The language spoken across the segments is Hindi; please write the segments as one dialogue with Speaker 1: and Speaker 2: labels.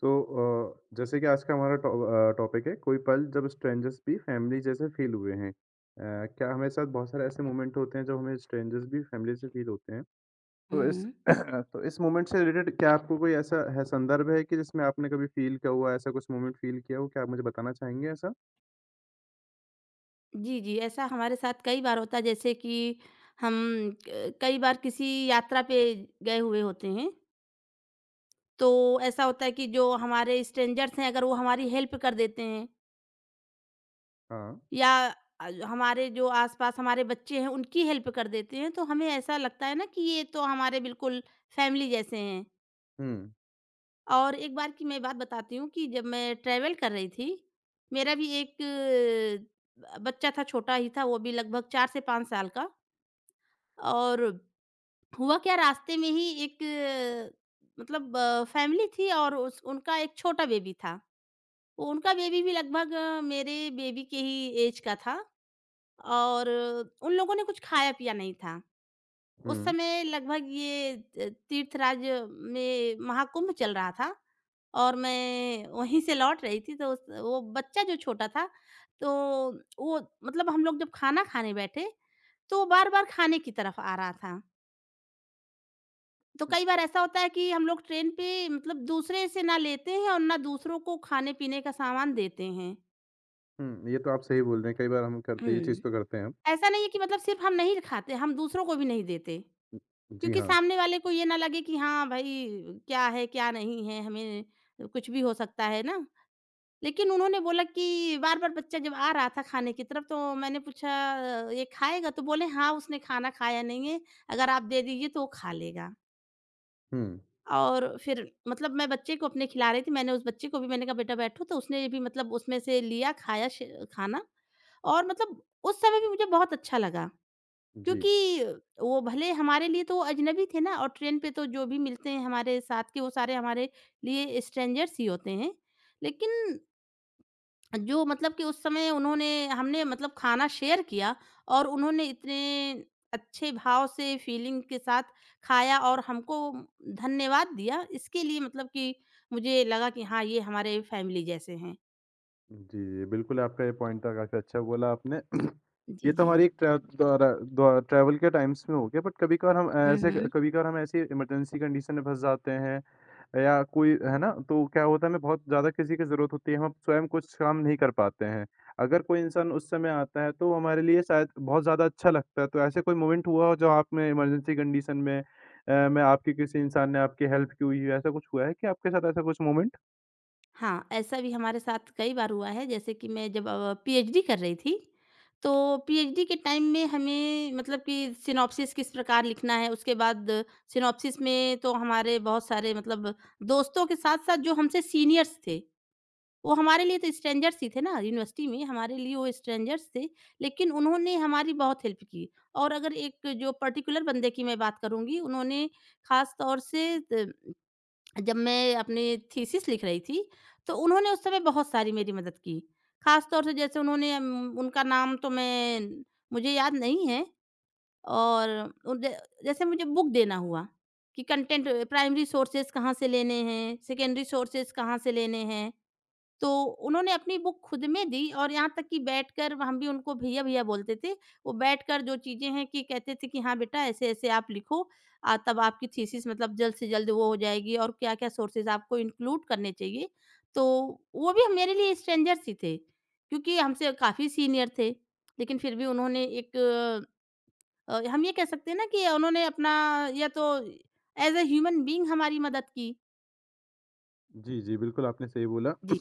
Speaker 1: तो जैसे कि आज का हमारा टॉपिक है कोई पल जब स्ट्रेंजर्स भी फैमिली जैसे फील हुए हैं। क्या हमारे साथ बहुत सारे ऐसे मोमेंट होते हैं जो हमें स्ट्रेंजर्स भी फैमिली से फील होते हैं। तो
Speaker 2: हुँ,
Speaker 1: इस
Speaker 2: हुँ।
Speaker 1: तो इस मोमेंट से रिलेटेड क्या आपको कोई ऐसा है संदर्भ है कि जिसमें आपने कभी फील किया हुआ, ऐसा कुछ मोमेंट फील किया हो? क्या आप मुझे बताना चाहेंगे ऐसा?
Speaker 2: जी, जी, ऐसा हमारे साथ कई बार होता है जैसे कि हम क कई बार किसी यात्रा पे गए हुए होते हैं, तो ऐसा होता है कि जो हमारे स्ट्रेंजर्स हैं अगर वो हमारी हेल्प कर देते हैं
Speaker 1: हाँ।
Speaker 2: या हमारे जो आस-पास हमारे बच्चे हैं उनकी हेल्प कर देते हैं, तो हमें ऐसा लगता है ना कि ये तो हमारे बिल्कुल फैमिली जैसे हैं।
Speaker 1: हुँ,
Speaker 2: और एक बार की मैं बात बताती हूँ कि जब मैं ट्रैवल कर रही थी, मेरा भी एक ब बच्चा था छोटा ही था, वो भी लगभग 4 से 5 साल का और हुआ क्या रास्ते में ही एक मतलब फैमिली थी और उस उनका एक छोटा बेबी था। वो उनका बेबी भी लगभग मेरे बेबी के ही ऐज का था और उन लोगों ने कुछ खाया-पिया नहीं था। उस
Speaker 1: हुँ,
Speaker 2: समय लगभग ये त तीर्थराज में महाकुंभ चल रहा था और मैं वहीं से लौट रही थी तो उस वो बच्चा जो छोटा था तो वो मतलब हम लोग जब खाना खाने बैठे, तो बार-बार खाने की तरफ आ रहा था। तो कई बार ऐसा होता है कि हम लोग ट्रेन पे मतलब दूसरे से ना लेते हैं और ना दूसरों को खाने-पीने का सामान देते हैं।
Speaker 1: हुँ। ये तो आप सही बोल रहे हैं, कई बार हम करते ये चीज़
Speaker 2: हुँ।
Speaker 1: तो करते हैं हम।
Speaker 2: ऐसा नहीं है कि मतलब सिर्फ़ हम नहीं खाते, हम दूसरों को भी नहीं देते।
Speaker 1: जी
Speaker 2: क्योंकि
Speaker 1: हाँ।
Speaker 2: सामने वाले को ये ना लगे कि हाँ भाई, क्या है, क्या नहीं है, हमें कुछ भी हो सकता है ना। लेकिन उन्होंने बोला कि बार-बार बच्चा जब आ रहा था खाने की तरफ तो मैंने पूछा, "ये खाएगा?" तो बोले, "हाँ, उसने खाना खाया नहीं है, अगर आप दे दीजिए तो वो खा लेगा।"
Speaker 1: हुँ,
Speaker 2: और फिर मतलब मैं बच्चे को अपने खिला रही थी, मैंने उस बच्चे को भी मैंने कहा बेटा बैठो तो उसने भी मतलब उसमें से लिया खाया श खाना और मतलब उस समय भी मुझे बहुत अच्छा लगा।
Speaker 1: जी।
Speaker 2: क्योंकि वो भले हमारे लिए तो वो अजनबी थे ना और ट्रेन पे तो जो भी मिलते हैं हमारे साथ के वो सारे हमारे लिए स्ट्रेंजर्स ही होते हैं। लेकिन जो मतलब कि उस समय उन्होंने हमने मतलब खाना शेयर किया और उन्होंने इतने अच्छे भाव से फीलिंग के साथ खाया और हमको धन्यवाद दिया, इसके लिए मतलब कि मुझे लगा कि हाँ, ये हमारे फैमिली जैसे हैं।
Speaker 1: जी, जी, बिल्कुल आपका ये पॉइंट था काफ़ी अच्छा बोला आपने।
Speaker 2: जी,
Speaker 1: ये तो
Speaker 2: जी।
Speaker 1: हमारी एक ट्रैव द्वारा द्वा ट्रैवल के टाइम्स में हो गया बट
Speaker 2: हम्म।
Speaker 1: कभी-कभार हम ऐसी इमरजेंसी कंडीशन में फँस जाते हैं या कोई है ना? तो क्या होता है हमें बहुत ज़्यादा किसी की ज़रूरत होती है, हम स्वयं कुछ काम नहीं कर पाते हैं। अगर कोई इंसान उस समय आता है तो हमारे लिए शायद बहुत ज़्यादा अच्छा लगता है। तो ऐसे कोई मोमेंट हुआ हो जो आप में इमरजेंसी कंडीशन में आपकी किसी इंसान ने आपकी हेल्प की हुई है, ऐसा कुछ हुआ है क्या आपके साथ ऐसा कुछ मोमेंट?
Speaker 2: हाँ, ऐसा भी हमारे साथ कई बार हुआ है जैसे कि मैं जब पीएचडी कर रही थी, तो पीएचडी के टाइम में हमें मतलब कि सिनॉप्सिस किस प्रकार लिखना है, उसके बाद सिनॉप्सिस में तो हमारे बहुत सारे मतलब दोस्तों के साथ-साथ जो हमसे सीनियर्स थे, वो हमारे लिए तो स्ट्रेंजर्स ही थे ना यूनिवर्सिटी में, हमारे लिए वो स्ट्रेंजर्स थे, लेकिन उन्होंने हमारी बहुत हेल्प की। और अगर एक जो पर्टिकुलर बंदे की मैं बात करूँगी, उन्होंने ख़ास तौर से त जब मैं अपनी थीसिस लिख रही थी, तो उन्होंने उस समय बहुत सारी मेरी मदद की। ख़ास तौर से जैसे उन्होंने उनका नाम तो मैं मुझे याद नहीं है और उ ज जैसे मुझे बुक देना हुआ कि कंटेंट प्राइमरी सोर्सेज़ कहाँ से लेने हैं, सेकेंडरी सोर्सेज़ कहाँ से लेने हैं। तो उन्होंने अपनी बुक खुद में दी और यहाँ तक कि बैठकर हम भी उनको भैया-भैया बोलते थे। वो बैठकर जो चीज़ें हैं कि कहते थे कि हाँ, बेटा ऐसे-ऐसे आप लिखो तब आपकी थीसिस मतलब जल्द से जल्द वो हो जाएगी और क्या-क्या सोर्सेज़ आपको इंक्लूड करने चाहिए। तो वो भी मेरे लिए स्ट्रेंजर्स ही थे, क्योंकि हमसे काफ़ी सीनियर थे। लेकिन फिर भी उन्होंने हम ये कह सकते हैं ना कि उन्होंने अपना या तो एज़ अ ह्यूमन बीइंग हमारी मदद की।
Speaker 1: जी, जी, बिल्कुल आपने सही बोला।
Speaker 2: जी,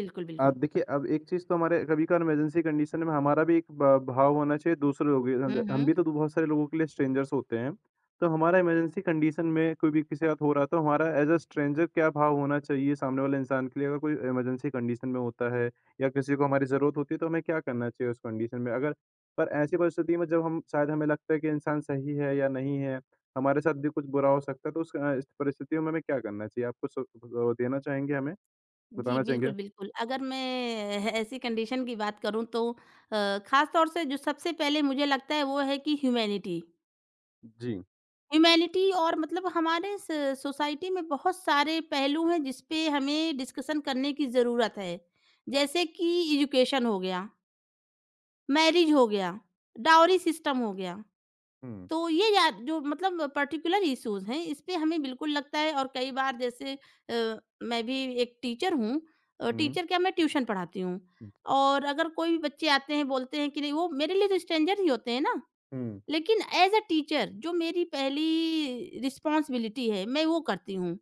Speaker 2: बिल्कुल, बिल्कुल।
Speaker 1: देखिए अब एक चीज़ तो हमारे कभी-कभार इमरजेंसी कंडीशन में हमारा भी एक ब भाव होना चाहिए दूसरे लोगों के
Speaker 2: हुँ,
Speaker 1: अंदर। हम
Speaker 2: हुँ।
Speaker 1: भी तो बहुत सारे लोगों के लिए स्ट्रेंजर्स होते हैं। तो हमारा इमरजेंसी कंडीशन में कोई भी किसी के साथ हो रहा है तो हमारा एज़ अ स्ट्रेंजर क्या भाव होना चाहिए सामने वाले इंसान के लिए अगर कोई इमरजेंसी कंडीशन में होता है या किसी को हमारी ज़रूरत होती है तो हमें क्या करना चाहिए उस कंडीशन में? अगर पर ऐसी परिस्थिति में जब हम शायद हमें लगता है कि इंसान सही है या नहीं है, हमारे साथ भी कुछ बुरा हो सकता है तो इस परिस्थितियों में हमें क्या करना चाहिए? आप कुछ देना चाहेंगे हमें?
Speaker 2: जी,
Speaker 1: बताना चाहेंगे?
Speaker 2: बिल्कुल, बिल्कुल। अगर मैं ए ऐसी कंडीशन की बात करूँ तो ख़ास तौर से जो सबसे पहले मुझे लगता है वो है कि ह्यूमैनिटी।
Speaker 1: जी।
Speaker 2: ह्यूमैनिटी और मतलब हमारे स सोसाइटी में बहुत सारे पहलू हैं जिस पे हमें डिस्कशन करने की ज़रूरत है। जैसे कि एजुकेशन हो गया, मैरिज हो गया, डावरी सिस्टम हो गया।
Speaker 1: हुँ,
Speaker 2: तो ये या जो मतलब पर्टिकुलर इश्यूज़ हैं, इस पे हमें बिल्कुल लगता है और कई बार जैसे मैं भी एक टीचर हूँ,
Speaker 1: हुँ,
Speaker 2: टीचर क्या मैं ट्यूशन पढ़ाती हूँ और अगर कोई भी बच्चे आते हैं, बोलते हैं कि नहीं वो मेरे लिए तो स्ट्रेंजर ही होते हैं ना,
Speaker 1: हुँ।
Speaker 2: लेकिन एज़ अ टीचर जो मेरी पहली रिस्पॉन्सिबिलिटी है, मैं वो करती हूँ।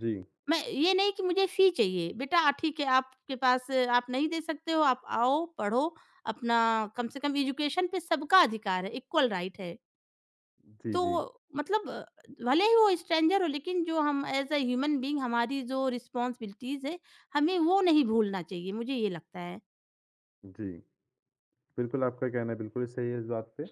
Speaker 1: जी,
Speaker 2: मैं ये नहीं कि मुझे फ़ी चाहिए, बेटा ठीक है आपके पास आप नहीं दे सकते हो, आप आओ, पढ़ो, अपना कम से कम एजुकेशन पे सबका अधिकार है, इक्वल राइट है।
Speaker 1: जी,
Speaker 2: तो
Speaker 1: जी,
Speaker 2: मतलब भले ही वो स्ट्रेंजर हो लेकिन जो हम एज़ अ ह्यूमन बीइंग हमारी जो रिस्पॉन्सिबिलिटीज़ है, हमें वो नहीं भूलना चाहिए, मुझे ये लगता है।
Speaker 1: जी। बिल्कुल, आपका कहना बिल्कुल सही है इस बात पे।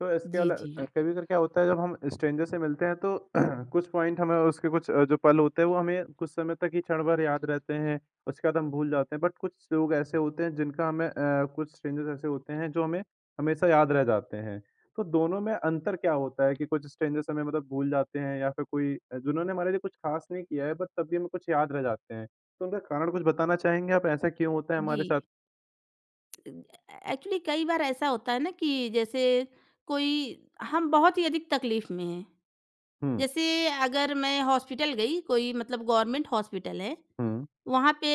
Speaker 1: तो इसके
Speaker 2: जी,
Speaker 1: अला
Speaker 2: जी।
Speaker 1: कभी-कभार क्या होता है जब हम स्ट्रेंजर से मिलते हैं तो कुछ पॉइंट हमें उसके कुछ जो पल होते हैं वो हमें कुछ समय तक ही क्षण भर याद रहते हैं, उसके बाद हम भूल जाते हैं। बट कुछ लोग ऐसे होते हैं कुछ स्ट्रेंजर्स ऐसे होते हैं जो हमें हमेशा याद रह जाते हैं। तो दोनों में अंतर क्या होता है कि कुछ स्ट्रेंजर्स हमें मतलब भूल जाते हैं या फिर कोई जिन्होंने हमारे लिए कुछ खास नहीं किया है बट तब भी हमें कुछ याद रह जाते हैं। तो उनका कारण कुछ बताना चाहेंगे आप ऐसा क्यों होता है
Speaker 2: जी।
Speaker 1: हमारे साथ?
Speaker 2: एक्चुअली कई बार ऐसा होता है ना कि जैसे कोई हम बहुत ही अधिक तकलीफ़ में हैं।
Speaker 1: हुँ,
Speaker 2: जैसे अगर मैं हॉस्पिटल गई, कोई मतलब गवर्नमेंट हॉस्पिटल है,
Speaker 1: हुँ।
Speaker 2: वहाँ पे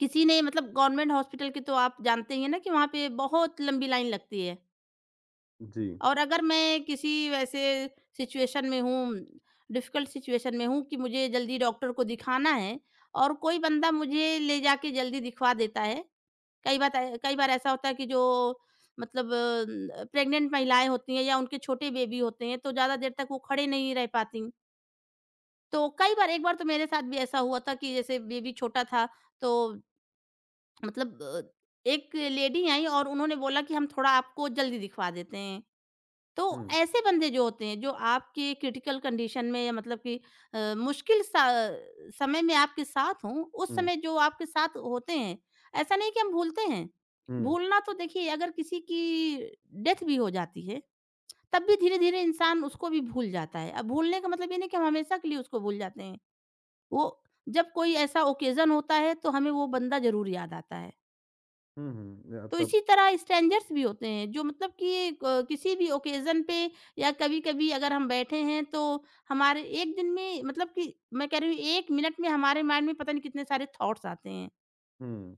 Speaker 2: किसी ने मतलब गवर्नमेंट हॉस्पिटल के तो आप जानते ही हैं ना कि वहाँ पे बहुत लंबी लाइन लगती है।
Speaker 1: जी,
Speaker 2: और अगर मैं किसी वैसे सिचुएशन में हूँ, डिफ़िकल्ट सिचुएशन में हूँ कि मुझे जल्दी डॉक्टर को दिखाना है और कोई बंदा मुझे ले जाके जल्दी दिखवा देता है। कई बात ऐ कई बार ऐसा होता है कि जो मतलब प्रेग्नेंट महिलाएँ होती हैं या उनके छोटे बेबी होते हैं, तो ज़्यादा देर तक वो खड़े नहीं रह पातीं। तो कई बार एक बार तो मेरे साथ भी ऐसा हुआ था कि जैसे बेबी छोटा था, तो मतलब एक लेडी आई और उन्होंने बोला कि हम थोड़ा आपको जल्दी दिखवा देते हैं। तो
Speaker 1: हुँ।
Speaker 2: ऐसे बंदे जो होते हैं, जो आपके क्रिटिकल कंडीशन में या मतलब कि मुश्किल सा समय में आपके साथ हों, उस
Speaker 1: हुँ,
Speaker 2: समय जो आपके साथ होते हैं, ऐसा नहीं कि हम भूलते हैं।
Speaker 1: हुँ,
Speaker 2: भूलना तो देखिए अगर किसी की डेथ भी हो जाती है, तब भी धीरे-धीरे इंसान उसको भी भूल जाता है। अब भूलने का मतलब ये नहीं कि हम हमेशा के लिए उसको भूल जाते हैं। वो जब कोई ऐसा ओकेज़न होता है, तो हमें वो बंदा ज़रूर याद आता है।
Speaker 1: हुँ, या
Speaker 2: तो
Speaker 1: तब
Speaker 2: इसी तरह स्ट्रेंजर्स भी होते हैं जो मतलब कि क किसी भी ओकेज़न पे या कभी-कभी अगर हम बैठे हैं तो हमारे एक दिन में मतलब कि मैं कह रही हूँ 1 मिनट में हमारे माइंड में पता नहीं कितने सारे थॉट्स आते हैं।
Speaker 1: हुँ,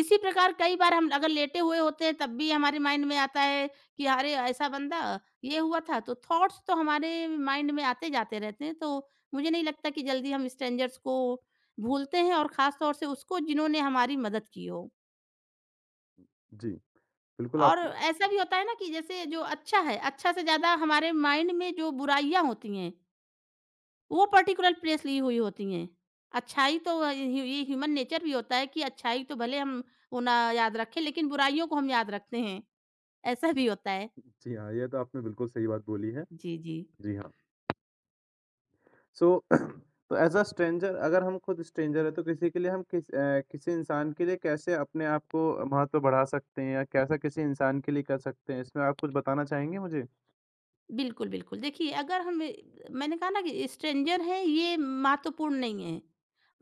Speaker 2: इसी प्रकार कई बार हम अगर लेटे हुए होते हैं तब भी हमारे माइंड में आता है कि अरे! ऐसा बंदा ये हुआ था तो थॉट्स तो हमारे माइंड में आते-जाते रहते हैं। तो मुझे नहीं लगता कि जल्दी हम स्ट्रेंजर्स को भूलते हैं और ख़ास तौर से उसको जिन्होंने हमारी मदद की हो।
Speaker 1: जी, बिल्कुल
Speaker 2: और
Speaker 1: आप
Speaker 2: ऐसा भी होता है ना कि जैसे जो अच्छा है, अच्छा से ज़्यादा हमारे माइंड में जो बुराइयाँ होती हैं, वो पर्टिकुलर प्लेस ली हुई होती हैं। अच्छाई तो अ, ह्यू ये ह्यूमन नेचर भी होता है कि अच्छाई तो भले हम वो ना याद रखें, लेकिन बुराइयों को हम याद रखते हैं, ऐसा भी होता है।
Speaker 1: जी हाँ, ये तो आपने बिल्कुल सही बात बोली है।
Speaker 2: जी, जी।
Speaker 1: जी हाँ, सो तो ऐज़ अ स्ट्रेंजर अगर हम खुद स्ट्रेंजर हैं, तो किसी के लिए हम किसी इंसान के लिए कैसे अपने आप को महत्व बढ़ा सकते हैं या कैसा किसी इंसान के लिए कर सकते हैं? इसमें आप कुछ बताना चाहेंगे मुझे?
Speaker 2: बिल्कुल, बिल्कुल। देखिए अगर हम मैंने कहा ना कि स्ट्रेंजर है ये महत्वपूर्ण नहीं है।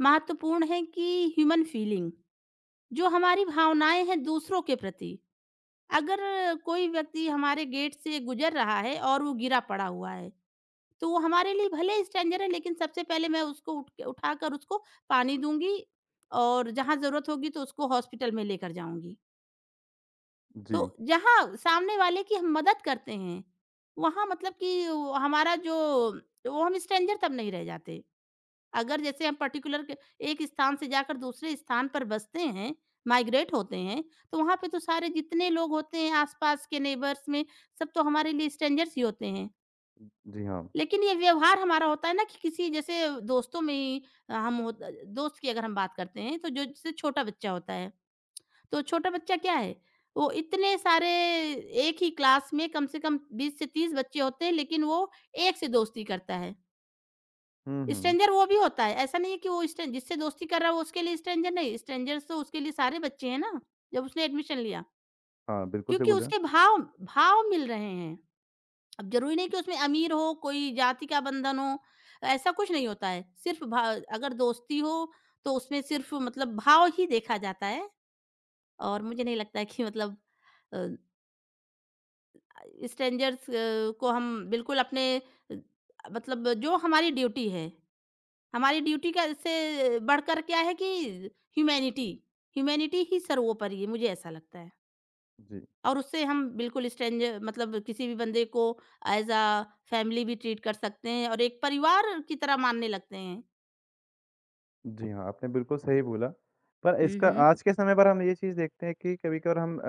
Speaker 2: महत्वपूर्ण है कि ह्यूमन फीलिंग, जो हमारी भावनाएँ हैं दूसरों के प्रति। अगर कोई व्यक्ति हमारे गेट से गुजर रहा है और वो गिरा पड़ा हुआ है, तो वो हमारे लिए भले स्ट्रेंजर है लेकिन सबसे पहले मैं उसको उठ के उठाकर उसको पानी दूँगी और जहाँ ज़रूरत होगी तो उसको हॉस्पिटल में लेकर जाऊँगी।
Speaker 1: जी,
Speaker 2: तो जहाँ सामने वाले की हम मदद करते हैं, वहाँ मतलब कि वो हमारा जो वो हम स्ट्रेंजर तब नहीं रह जाते। अगर जैसे हम पर्टिकुलर क एक स्थान से जाकर दूसरे स्थान पर बसते हैं, माइग्रेट होते हैं, तो वहाँ पे तो सारे जितने लोग होते हैं आस-पास के नेबर्स में, सब तो हमारे लिए स्ट्रेंजर्स ही होते हैं।
Speaker 1: जी हाँ।
Speaker 2: लेकिन ये व्यवहार हमारा होता है ना कि किसी जैसे दोस्तों में ही अ, हम होत दोस्त की अगर हम बात करते हैं, तो जो जैसे छोटा बच्चा होता है, तो छोटा बच्चा क्या है, वो इतने सारे एक ही क्लास में कम से कम 20 से 30 बच्चे होते हैं, लेकिन वो एक से दोस्ती करता है।
Speaker 1: हुँ।
Speaker 2: स्ट्रेंजर वो भी होता है, ऐसा नहीं है कि वो स्ट्रें जिससे दोस्ती कर रहा है वो उसके लिए स्ट्रेंजर नहीं, स्ट्रेंजर्स तो उसके लिए सारे बच्चे हैं ना, जब उसने एडमिशन लिया।
Speaker 1: हाँ, बिल्कुल सही
Speaker 2: क्योंकि
Speaker 1: बोल रहे हैं।
Speaker 2: उसके भाव भाव मिल रहे हैं, अब ज़रूरी नहीं कि उसमें अमीर हो, कोई जाति का बंधन हो, ऐसा कुछ नहीं होता है। सिर्फ़ भा अगर दोस्ती हो तो उसमें सिर्फ़ मतलब भाव ही देखा जाता है और मुझे नहीं लगता है कि मतलब अ, स्ट्रेंजर्स को हम बिल्कुल अपने अ, मतलब जो हमारी ड्यूटी है, हमारी ड्यूटी का इससे बढ़कर क्या है कि ह्यूमैनिटी। ह्यूमैनिटी ही सर्वोपरि है मुझे ऐसा लगता है
Speaker 1: जी।
Speaker 2: और उससे हम बिल्कुल स्ट्रेंज मतलब किसी भी बंदे को एज अ फैमिली भी ट्रीट कर सकते हैं और एक परिवार की तरह मानने लगते हैं।
Speaker 1: जी हाँ, आपने बिल्कुल सही बोला। पर
Speaker 2: हुँ,
Speaker 1: इसका
Speaker 2: हुँ।
Speaker 1: आज के समय पर हम ये चीज़ देखते हैं कि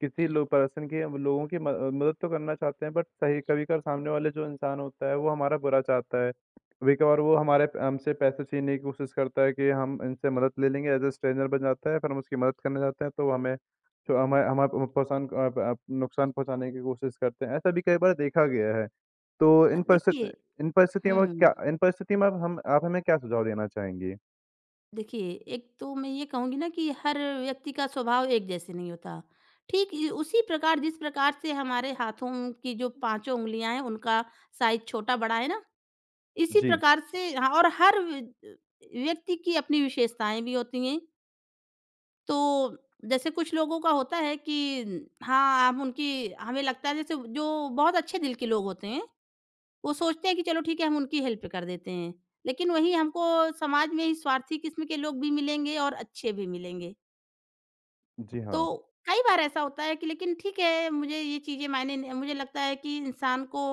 Speaker 1: किसी लो पर्सन की लोगों की म मदद तो करना चाहते हैं बट सही कभी-कभार सामने वाले जो इंसान होता है वो हमारा बुरा चाहता है। कभी-कभार वो हमारे हमसे पैसे छीनने की कोशिश करता है कि हम इनसे मदद ले लेंगे एज़ अ स्ट्रेंजर बन जाता है, फिर हम उसकी मदद करने जाते हैं तो वो हमें तो हमें हमें पहुँचान अ, प नुकसान पहुँचाने की कोशिश करते हैं। ऐसा भी कई बार देखा गया है। तो
Speaker 2: हाँ,
Speaker 1: इन परिस्थित
Speaker 2: देखिए।
Speaker 1: इन परिस्थितियों
Speaker 2: हुँ,
Speaker 1: में
Speaker 2: हुँ।
Speaker 1: क्या इन परिस्थितियों में अब हम आप हमें क्या सुझाव देना चाहेंगी?
Speaker 2: देखिए, एक तो मैं ये कहूँगी ना कि हर व्यक्ति का स्वभाव एक जैसे नहीं होता। ठीक इ उसी प्रकार जिस प्रकार से हमारे हाथों की जो पाँचों उँगलियाँ हैं उनका साइज़ छोटा-बड़ा है ना, इसी
Speaker 1: जी,
Speaker 2: प्रकार से हाँ, और व्यक्ति की अपनी विशेषताएँ भी होती हैं। तो जैसे कुछ लोगों का होता है कि हाँ, हम उनकी हमें लगता है जैसे जो बहुत अच्छे दिल के लोग होते हैं, वो सोचते हैं कि चलो ठीक है, हम उनकी हेल्प कर देते हैं। लेकिन वहीं हमको समाज में ही स्वार्थी किस्म के लोग भी मिलेंगे और अच्छे भी मिलेंगे।
Speaker 1: जी
Speaker 2: तो
Speaker 1: हाँ,
Speaker 2: कई बार ऐसा होता है कि लेकिन ठीक है, मुझे ये चीज़ें मायने नहीं मुझे लगता है कि इंसान को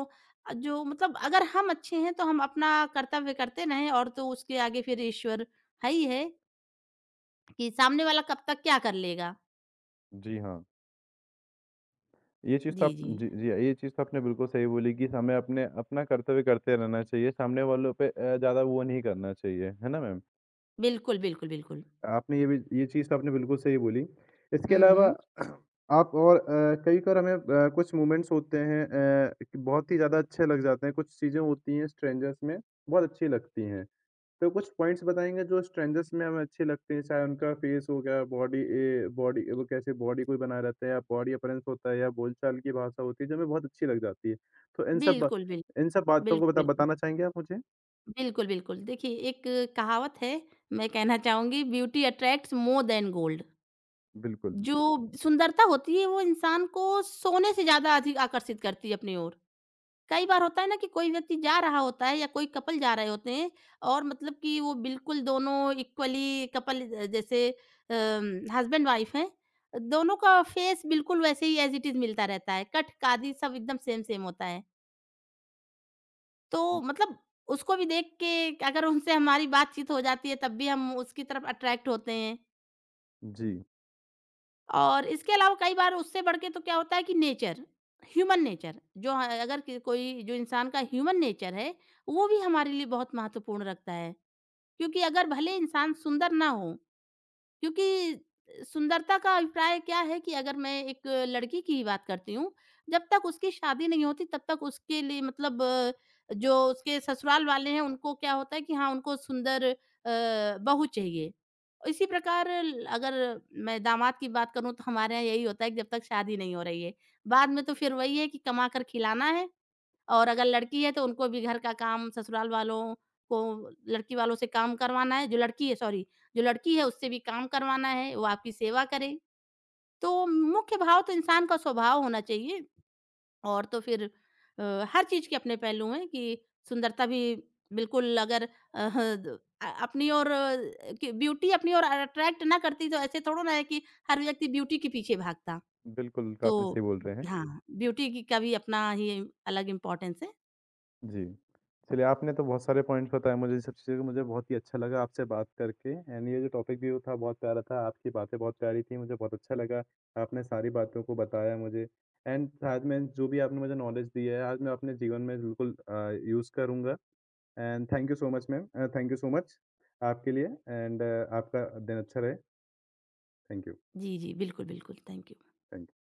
Speaker 2: जो मतलब अगर हम अच्छे हैं, तो हम अपना कर्तव्य करते रहें और तो उसके आगे फिर ईश्वर है ही है कि सामने वाला कब तक क्या कर लेगा।
Speaker 1: जी हाँ। ये चीज़ तो
Speaker 2: जी,
Speaker 1: आप
Speaker 2: जी।
Speaker 1: जी, जी हाँ, ये चीज़ तो आपने बिल्कुल सही बोली कि हमें अपने अपना कर्तव्य करते रहना चाहिए, सामने वालों पे ज़्यादा वो नहीं करना चाहिए, है ना मैम?
Speaker 2: बिल्कुल, बिल्कुल, बिल्कुल।
Speaker 1: आपने ये चीज़ तो आपने बिल्कुल सही बोली। इसके
Speaker 2: हुँ,
Speaker 1: अलावा
Speaker 2: हुँ।
Speaker 1: कई बार हमें कुछ मोमेंट्स होते हैं कि बहुत ही ज़्यादा अच्छे लग जाते हैं, कुछ चीज़ें होती हैं स्ट्रेंजर्स में बहुत अच्छी लगती हैं। तो कुछ पॉइंट्स बताएँगे जो स्ट्रेंजर्स में हमें अच्छे लगते हैं, चाहे उनका फेस हो गया, बॉडी ए बॉडी वो कैसे बॉडी कोई बनाए रहता है या बॉडी अपीयरेंस होता है या बोलचाल की भाषा होती है, जो हमें बहुत अच्छी लग जाती है। तो इन सब
Speaker 2: बिल्कुल, बिल
Speaker 1: इन सब बातों को
Speaker 2: बिल्कुल, बिल्कुल।
Speaker 1: बताना चाहेंगे आप मुझे?
Speaker 2: बिल्कुल, बिल्कुल। देखिए, एक कहावत है, मैं कहना चाहूँगी, beauty attracts more than gold.
Speaker 1: बिल्कुल,
Speaker 2: जो
Speaker 1: बिल्कुल।
Speaker 2: सुंदरता होती है, वो इंसान को सोने से ज़्यादा अधिक आकर्षित करती है अपनी ओर। कई बार होता है ना कि कोई व्यक्ति जा रहा होता है या कोई कपल जा रहे होते हैं और मतलब कि वो बिल्कुल दोनों इक्वली कपल, जैसे हस्बैंड वाइफ हैं, दोनों का फेस बिल्कुल वैसे ही एज इट इज मिलता रहता है, कट कादी सब एकदम सेम सेम होता है। तो मतलब उसको भी देख के, अगर उनसे हमारी बातचीत हो जाती है तब भी हम उसकी तरफ अट्रैक्ट होते हैं।
Speaker 1: जी,
Speaker 2: और इसके अलावा कई बार उससे बढ़ के तो क्या होता है कि नेचर, ह्यूमन नेचर जो ह अगर कि कोई जो इंसान का ह्यूमन नेचर है, वो भी हमारे लिए बहुत महत्वपूर्ण रखता है। क्योंकि अगर भले इंसान सुंदर ना हो, क्योंकि सुंदरता का अभिप्राय क्या है कि अगर मैं एक लड़की की ही बात करती हूँ, जब तक उसकी शादी नहीं होती तब तक उसके लिए जो उसके ससुराल वाले हैं उनको क्या होता है कि हाँ, उनको सुंदर बहू चाहिए। इसी प्रकार अगर मैं दामाद की बात करूँ तो हमारे यहाँ यही होता है कि जब तक शादी नहीं हो रही है। बाद में तो फिर वही है कि कमा कर खिलाना है, और अगर लड़की है तो उनको भी घर का काम, ससुराल वालों को लड़की वालों से काम करवाना है जो लड़की है सॉरी जो लड़की है उससे भी काम करवाना है, वो आपकी सेवा करे। तो मुख्य भाव तो इंसान का स्वभाव होना चाहिए, और तो फिर अ, हर चीज़ के अपने पहलू हैं कि सुंदरता भी, बिल्कुल अगर अ, द अ, अपनी ओर कि ब्यूटी अपनी ओर अट्रैक्ट ना करती तो ऐसे थोड़ा ना है कि हर व्यक्ति ब्यूटी के पीछे भागता।
Speaker 1: बिल्कुल
Speaker 2: तो
Speaker 1: आपने सही बोल रहे हैं।
Speaker 2: हाँ, ब्यूटी की का भी अपना ही अलग इम्पोर्टेंस है।
Speaker 1: जी। चलिए आपने तो बहुत सारे पॉइंट्स बताए मुझे ये सब चीज़ें कि मुझे बहुत ही अच्छा लगा आपसे बात करके एंड ये जो टॉपिक भी था बहुत प्यारा था, आपकी बातें बहुत प्यारी थी, मुझे बहुत अच्छा लगा। आपने सारी बातों को बताया मुझे एंड साथ में जो भी आपने मुझे नॉलेज दी है आज मैं अपने जीवन में बिल्कुल यूज़ करूँगा। And thank you so much ma'am, thank you so much आपके लिए एंड आपका दिन अच्छा रहे। थैंक यू, थैंक
Speaker 2: जी, जी। बिल्कुल, बिल्कुल। Thank you.
Speaker 1: यू।